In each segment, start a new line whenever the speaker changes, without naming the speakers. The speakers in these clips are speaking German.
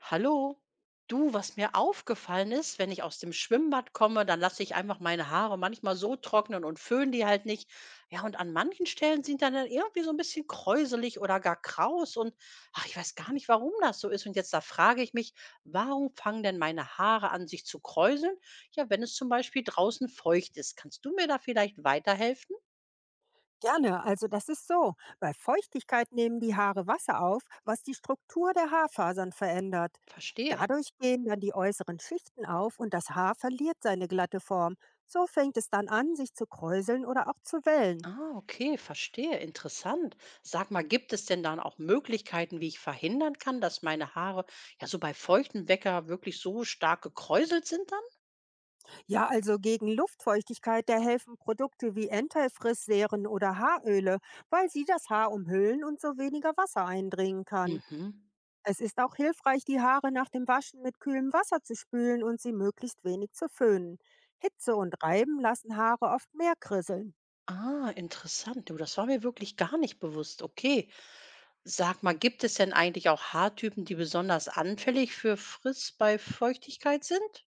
Hallo, du, was mir aufgefallen ist, wenn ich aus dem Schwimmbad komme, dann lasse ich einfach meine Haare manchmal so trocknen und föhne die halt nicht. Ja, und an manchen Stellen sind dann irgendwie so ein bisschen kräuselig oder gar kraus und ach, ich weiß gar nicht, warum das so ist. Und jetzt da frage ich mich, warum fangen denn meine Haare an, sich zu kräuseln? Ja, wenn es zum Beispiel draußen feucht ist. Kannst du mir da vielleicht weiterhelfen?
Gerne, also das ist so. Bei Feuchtigkeit nehmen die Haare Wasser auf, was die Struktur der Haarfasern verändert.
Verstehe.
Dadurch gehen dann die äußeren Schichten auf und das Haar verliert seine glatte Form. So fängt es dann an, sich zu kräuseln oder auch zu wellen.
Ah, okay, verstehe. Interessant. Sag mal, gibt es denn dann auch Möglichkeiten, wie ich verhindern kann, dass meine Haare ja so bei feuchtem Wecker wirklich so stark gekräuselt sind dann?
Ja, also gegen Luftfeuchtigkeit, da helfen Produkte wie Enteifrissserien oder Haaröle, weil sie das Haar umhüllen und so weniger Wasser eindringen kann.
Mhm.
Es ist auch hilfreich, die Haare nach dem Waschen mit kühlem Wasser zu spülen und sie möglichst wenig zu föhnen. Hitze und Reiben lassen Haare oft mehr krisseln.
Ah, interessant. Du, das war mir wirklich gar nicht bewusst. Okay. Sag mal, gibt es denn eigentlich auch Haartypen, die besonders anfällig für Friss bei Feuchtigkeit sind?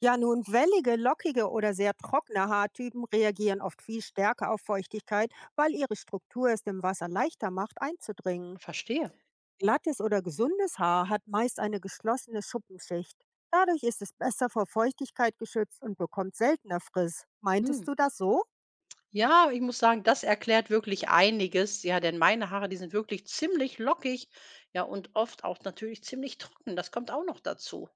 Ja, nun wellige, lockige oder sehr trockene Haartypen reagieren oft viel stärker auf Feuchtigkeit, weil ihre Struktur es dem Wasser leichter macht, einzudringen.
Verstehe.
Glattes oder gesundes Haar hat meist eine geschlossene Schuppenschicht. Dadurch ist es besser vor Feuchtigkeit geschützt und bekommt seltener Friss.
Hm.
Meintest du das so?
Ja, ich muss sagen, das erklärt wirklich einiges. Ja, denn meine Haare, die sind wirklich ziemlich lockig. Ja, und oft auch natürlich ziemlich trocken. Das kommt auch noch dazu.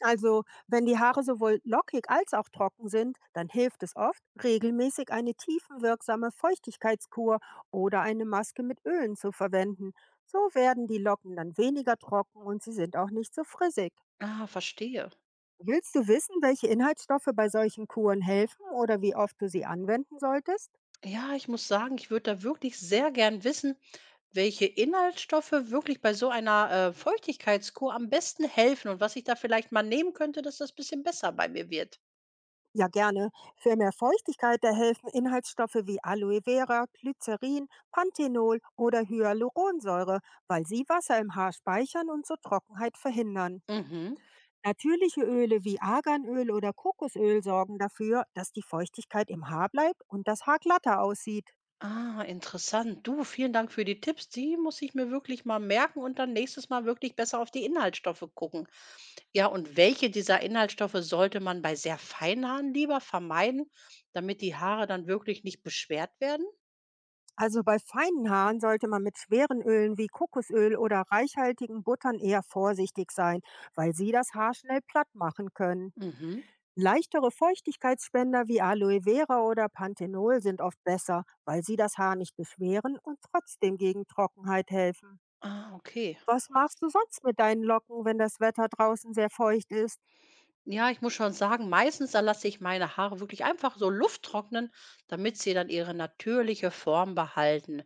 Also, wenn die Haare sowohl lockig als auch trocken sind, dann hilft es oft, regelmäßig eine tiefenwirksame Feuchtigkeitskur oder eine Maske mit Ölen zu verwenden. So werden die Locken dann weniger trocken und sie sind auch nicht so frissig.
Ah, verstehe.
Willst du wissen, welche Inhaltsstoffe bei solchen Kuren helfen oder wie oft du sie anwenden solltest?
Ja, ich muss sagen, ich würde da wirklich sehr gern wissen, welche Inhaltsstoffe wirklich bei so einer Feuchtigkeitskur am besten helfen und was ich da vielleicht mal nehmen könnte, dass das bisschen besser bei mir wird.
Ja, gerne. Für mehr Feuchtigkeit, da helfen Inhaltsstoffe wie Aloe Vera, Glycerin, Panthenol oder Hyaluronsäure, weil sie Wasser im Haar speichern und so Trockenheit verhindern.
Mhm.
Natürliche Öle wie Arganöl oder Kokosöl sorgen dafür, dass die Feuchtigkeit im Haar bleibt und das Haar glatter aussieht.
Ah, interessant. Du, vielen Dank für die Tipps. Die muss ich mir wirklich mal merken und dann nächstes Mal wirklich besser auf die Inhaltsstoffe gucken. Ja, und welche dieser Inhaltsstoffe sollte man bei sehr feinen Haaren lieber vermeiden, damit die Haare dann wirklich nicht beschwert werden?
Also bei feinen Haaren sollte man mit schweren Ölen wie Kokosöl oder reichhaltigen Buttern eher vorsichtig sein, weil sie das Haar schnell platt machen können.
Mhm.
Leichtere Feuchtigkeitsspender wie Aloe Vera oder Panthenol sind oft besser, weil sie das Haar nicht beschweren und trotzdem gegen Trockenheit helfen.
Ah, okay.
Was machst du sonst mit deinen Locken, wenn das Wetter draußen sehr feucht ist?
Ja, ich muss schon sagen, meistens da lasse ich meine Haare wirklich einfach so lufttrocknen, damit sie dann ihre natürliche Form behalten.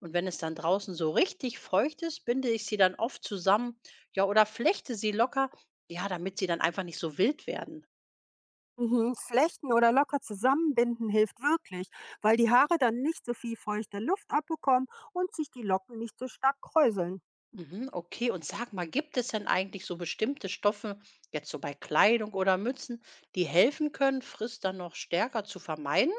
Und wenn es dann draußen so richtig feucht ist, binde ich sie dann oft zusammen, ja, oder flechte sie locker, ja, damit sie dann einfach nicht so wild werden.
Mhm, Flechten oder locker zusammenbinden hilft wirklich, weil die Haare dann nicht so viel feuchte Luft abbekommen und sich die Locken nicht so stark kräuseln.
Mhm, okay. Und sag mal, gibt es denn eigentlich so bestimmte Stoffe, jetzt so bei Kleidung oder Mützen, die helfen können, Frist dann noch stärker zu vermeiden?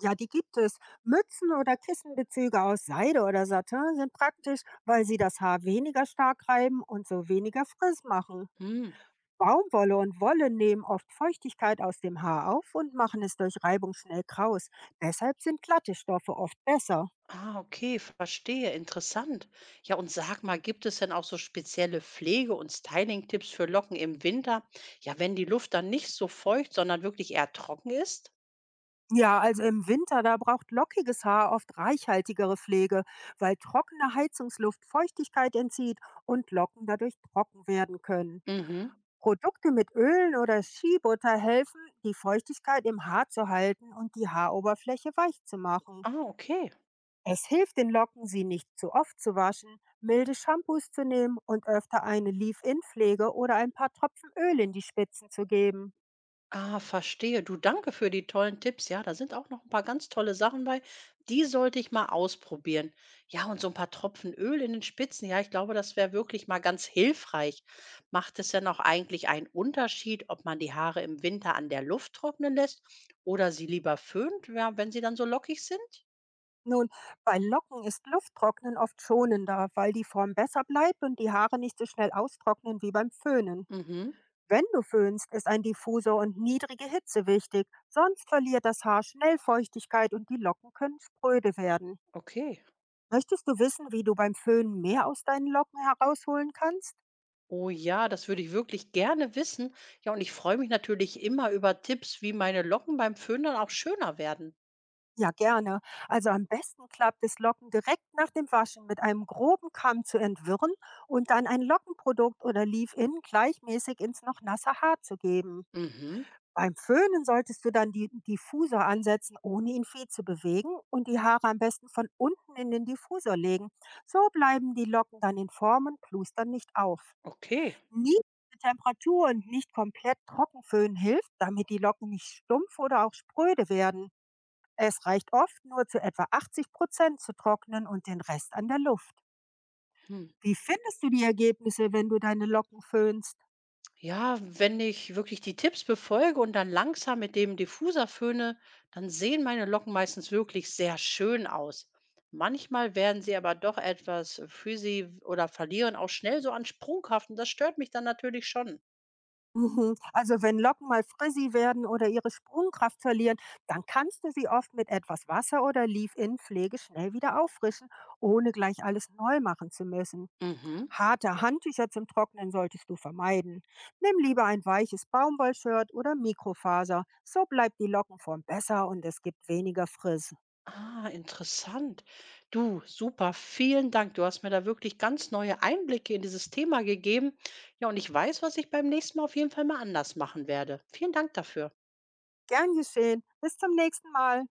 Ja, die gibt es. Mützen oder Kissenbezüge aus Seide oder Satin sind praktisch, weil sie das Haar weniger stark reiben und so weniger Frizz machen.
Hm.
Baumwolle und Wolle nehmen oft Feuchtigkeit aus dem Haar auf und machen es durch Reibung schnell kraus. Deshalb sind glatte Stoffe oft besser.
Ah, okay, verstehe. Interessant. Ja, und sag mal, gibt es denn auch so spezielle Pflege- und Styling-Tipps für Locken im Winter? Ja, wenn die Luft dann nicht so feucht, sondern wirklich eher trocken ist?
Ja, also im Winter, da braucht lockiges Haar oft reichhaltigere Pflege, weil trockene Heizungsluft Feuchtigkeit entzieht und Locken dadurch trocken werden können.
Mhm.
Produkte mit Ölen oder Skibutter helfen, die Feuchtigkeit im Haar zu halten und die Haaroberfläche weich zu machen.
Ah, okay.
Es hilft den Locken, sie nicht zu oft zu waschen, milde Shampoos zu nehmen und öfter eine Leave-In-Pflege oder ein paar Tropfen Öl in die Spitzen zu geben.
Ah, verstehe. Du, danke für die tollen Tipps. Ja, da sind auch noch ein paar ganz tolle Sachen bei. Die sollte ich mal ausprobieren. Ja, und so ein paar Tropfen Öl in den Spitzen. Ja, ich glaube, das wäre wirklich mal ganz hilfreich. Macht es denn auch eigentlich einen Unterschied, ob man die Haare im Winter an der Luft trocknen lässt oder sie lieber föhnt, ja, wenn sie dann so lockig sind?
Nun, bei Locken ist Lufttrocknen oft schonender, weil die Form besser bleibt und die Haare nicht so schnell austrocknen wie beim Föhnen.
Mhm,
Wenn du föhnst, ist ein Diffusor und niedrige Hitze wichtig, sonst verliert das Haar schnell Feuchtigkeit und die Locken können spröde werden.
okay.
Möchtest du wissen, wie du beim Föhnen mehr aus deinen Locken herausholen kannst?
Oh ja, das würde ich wirklich gerne wissen. Ja, und ich freue mich natürlich immer über Tipps, wie meine Locken beim Föhn dann auch schöner werden.
Ja, gerne. Also am besten klappt es, Locken direkt nach dem Waschen mit einem groben Kamm zu entwirren und dann ein Lockenprodukt oder Leave-In gleichmäßig ins noch nasse Haar zu geben.
Mhm,
Beim Föhnen solltest du dann den Diffusor ansetzen, ohne ihn viel zu bewegen und die Haare am besten von unten in den Diffusor legen. So bleiben die Locken dann in Form und plustern nicht auf.
okay.
Niedrige Temperatur und nicht komplett trocken föhnen hilft, damit die Locken nicht stumpf oder auch spröde werden. Es reicht oft nur zu etwa 80% zu trocknen und den Rest an der Luft.
Hm.
Wie findest du die Ergebnisse, wenn du deine Locken föhnst?
Ja, wenn ich wirklich die Tipps befolge und dann langsam mit dem Diffuser föhne, dann sehen meine Locken meistens wirklich sehr schön aus. Manchmal werden sie aber doch etwas frizzy oder verlieren auch schnell so an Sprunghaft und das stört mich dann natürlich schon.
Mhm. Also wenn Locken mal frizzy werden oder ihre Sprungkraft verlieren, dann kannst du sie oft mit etwas Wasser oder Leave-In-Pflege schnell wieder auffrischen, ohne gleich alles neu machen zu müssen.
Mhm.
Harte Handtücher zum Trocknen solltest du vermeiden. Nimm lieber ein weiches Baumwollshirt oder Mikrofaser. So bleibt die Lockenform besser und es gibt weniger Frizz.
Ah, interessant. Du, super, vielen Dank. Du hast mir da wirklich ganz neue Einblicke in dieses Thema gegeben. Ja, und ich weiß, was ich beim nächsten Mal auf jeden Fall mal anders machen werde. Vielen Dank dafür.
Gern geschehen. Bis zum nächsten Mal.